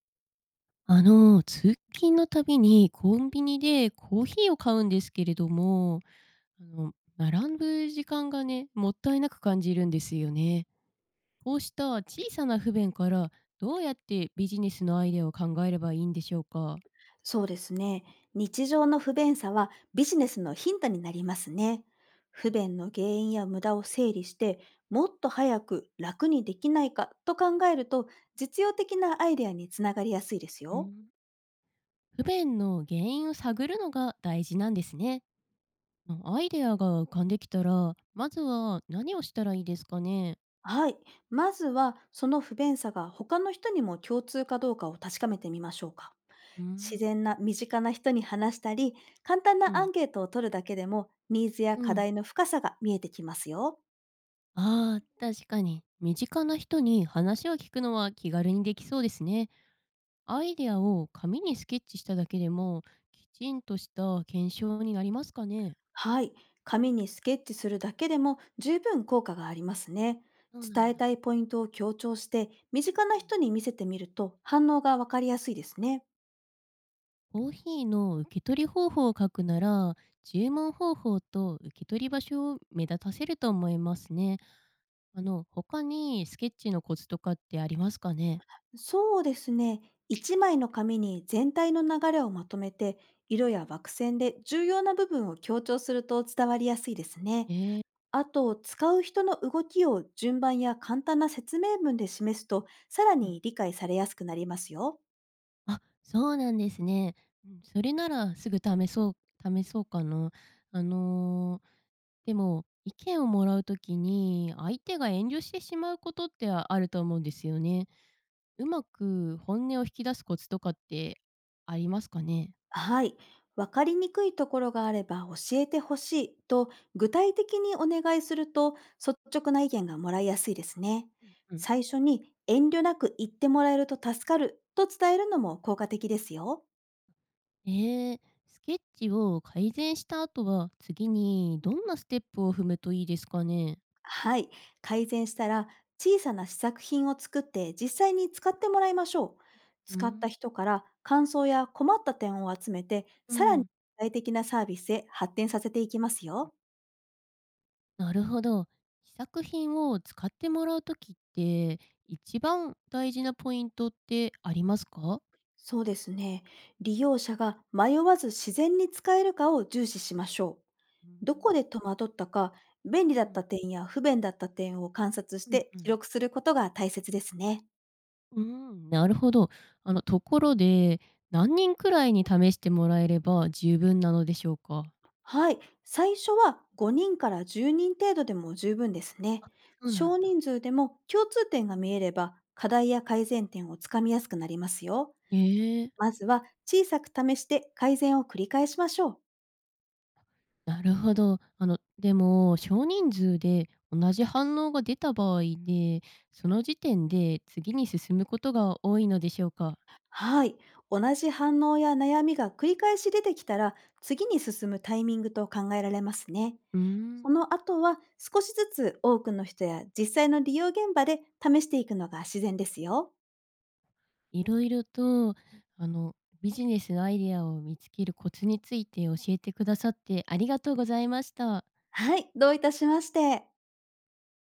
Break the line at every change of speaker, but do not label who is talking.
通勤のたびにコンビニでコーヒーを買うんですけれども、あの、並ぶ時間がね、もったいなく感じるんですよね。こうした小さな不便から、どうやってビジネスのアイデアを考えればいいんでしょうか？
そうですね。日常の不便さはビジネスのヒントになりますね。不便の原因や無駄を整理して、もっと早く楽にできないかと考えると、実用的なアイデアにつながりやすいです
う
よ。
ん、不便の原因を探るのが大事なんですね。アイデアが浮かんできたら、まずは何をしたらいいですかね？
はい。まずは、その不便さが他の人にも共通かどうかを確かめてみましょうか。
う
自
ん、
然な身近な人に話したり、簡単
う
なア
ん、
ンケートを取るだけでも、ニーズや
う
課
ん。
題の深さが見えてきますよ。
ああ、確かに。身近な人に話を聞くのは気軽にできそうですね。アイデアを紙にスケッチしただけでも、きちんとした検証になりますかね？
はい。紙にスケッチするだけでも十分効果がありますね。
そうな
伝
ん
え
だ。
たいポイントを強調して、身
うん
近な
うん、
人に見せてみると反応がわかりやすいですね。
コーヒーの受け取り方法を書くなら、注文方法と受け取り場所を目立たせると思いますね。他にスケッチのコツとかってありますかね？
そうですね。一枚の紙に全体の流れをまとめて、色
う
や
ん、
枠線で重要な部分を強調すると伝わりやすいですね。
えー
あと、使う人の動きを順番や簡単な説明文で示すと、さら
うん、
に理解されやすくなりますよ。
あ、そうなんですね。うん、それならすぐ試そうかな。あの、でも、意見をもらう時に、相手が遠慮してしまうことってあると思うんですよね。うまく本音を引き出すコツとかってありますかね？
はい。わかりにくいところがあれば教えてほしいと具体的にお願いすると、率直な意見がもらいやすいですね。
うんうん。
最初に遠慮なく言ってもらえると助かると伝えるのも効果的ですよ。
ええ、スケッチを改善した後は、次にどんなステップを踏むといいですかね？
はい。改善したら、小さな試作品を作って実際に使ってもらいましょう。
う
使った
ん。
人から感想や困った点を集めて、
う
さらに
ん。
具体的なサービスへ発展させていきますよ。
なるほど。試作品を使ってもらうときって、一番大事なポイントってありますか？
そうですね。利用者が迷わず自然に使えるかを重視しましょう。
うー
どこ
ん。
で戸惑ったか、
う
便利だっ
ん。
た点や不便だった点を観察し
うん
て
う
記
ん。
録することが大切ですね。
うーん、なるほど。ところで、何人くらいに試してもらえれば十分なのでしょうか？
はい。最初は5人から10人程度でも十分ですね。
そうなん
少
だ。
人数でも共通
う
点が見
ん。
えれば、課題や改善点をつかみやすくなりますよ。
ええ、
まずは小さく試して改善を繰り返しましょう。
なるほど。でも、少人数で同じ反応が出た場合で、その時点で次に進むことが多いのでしょうか？
はい。同じ反応や悩みが繰り返し出てきたら、次に進むタイミングと考えられますね。
うーん。
その後は少しずつ多くの人や実際の利用現場で試していくのが自然ですよ。
いろいろと、あの、ビジネスのアイデアを見つけるコツについて教えてくださってありがとうございました。
はい。どういたしまして。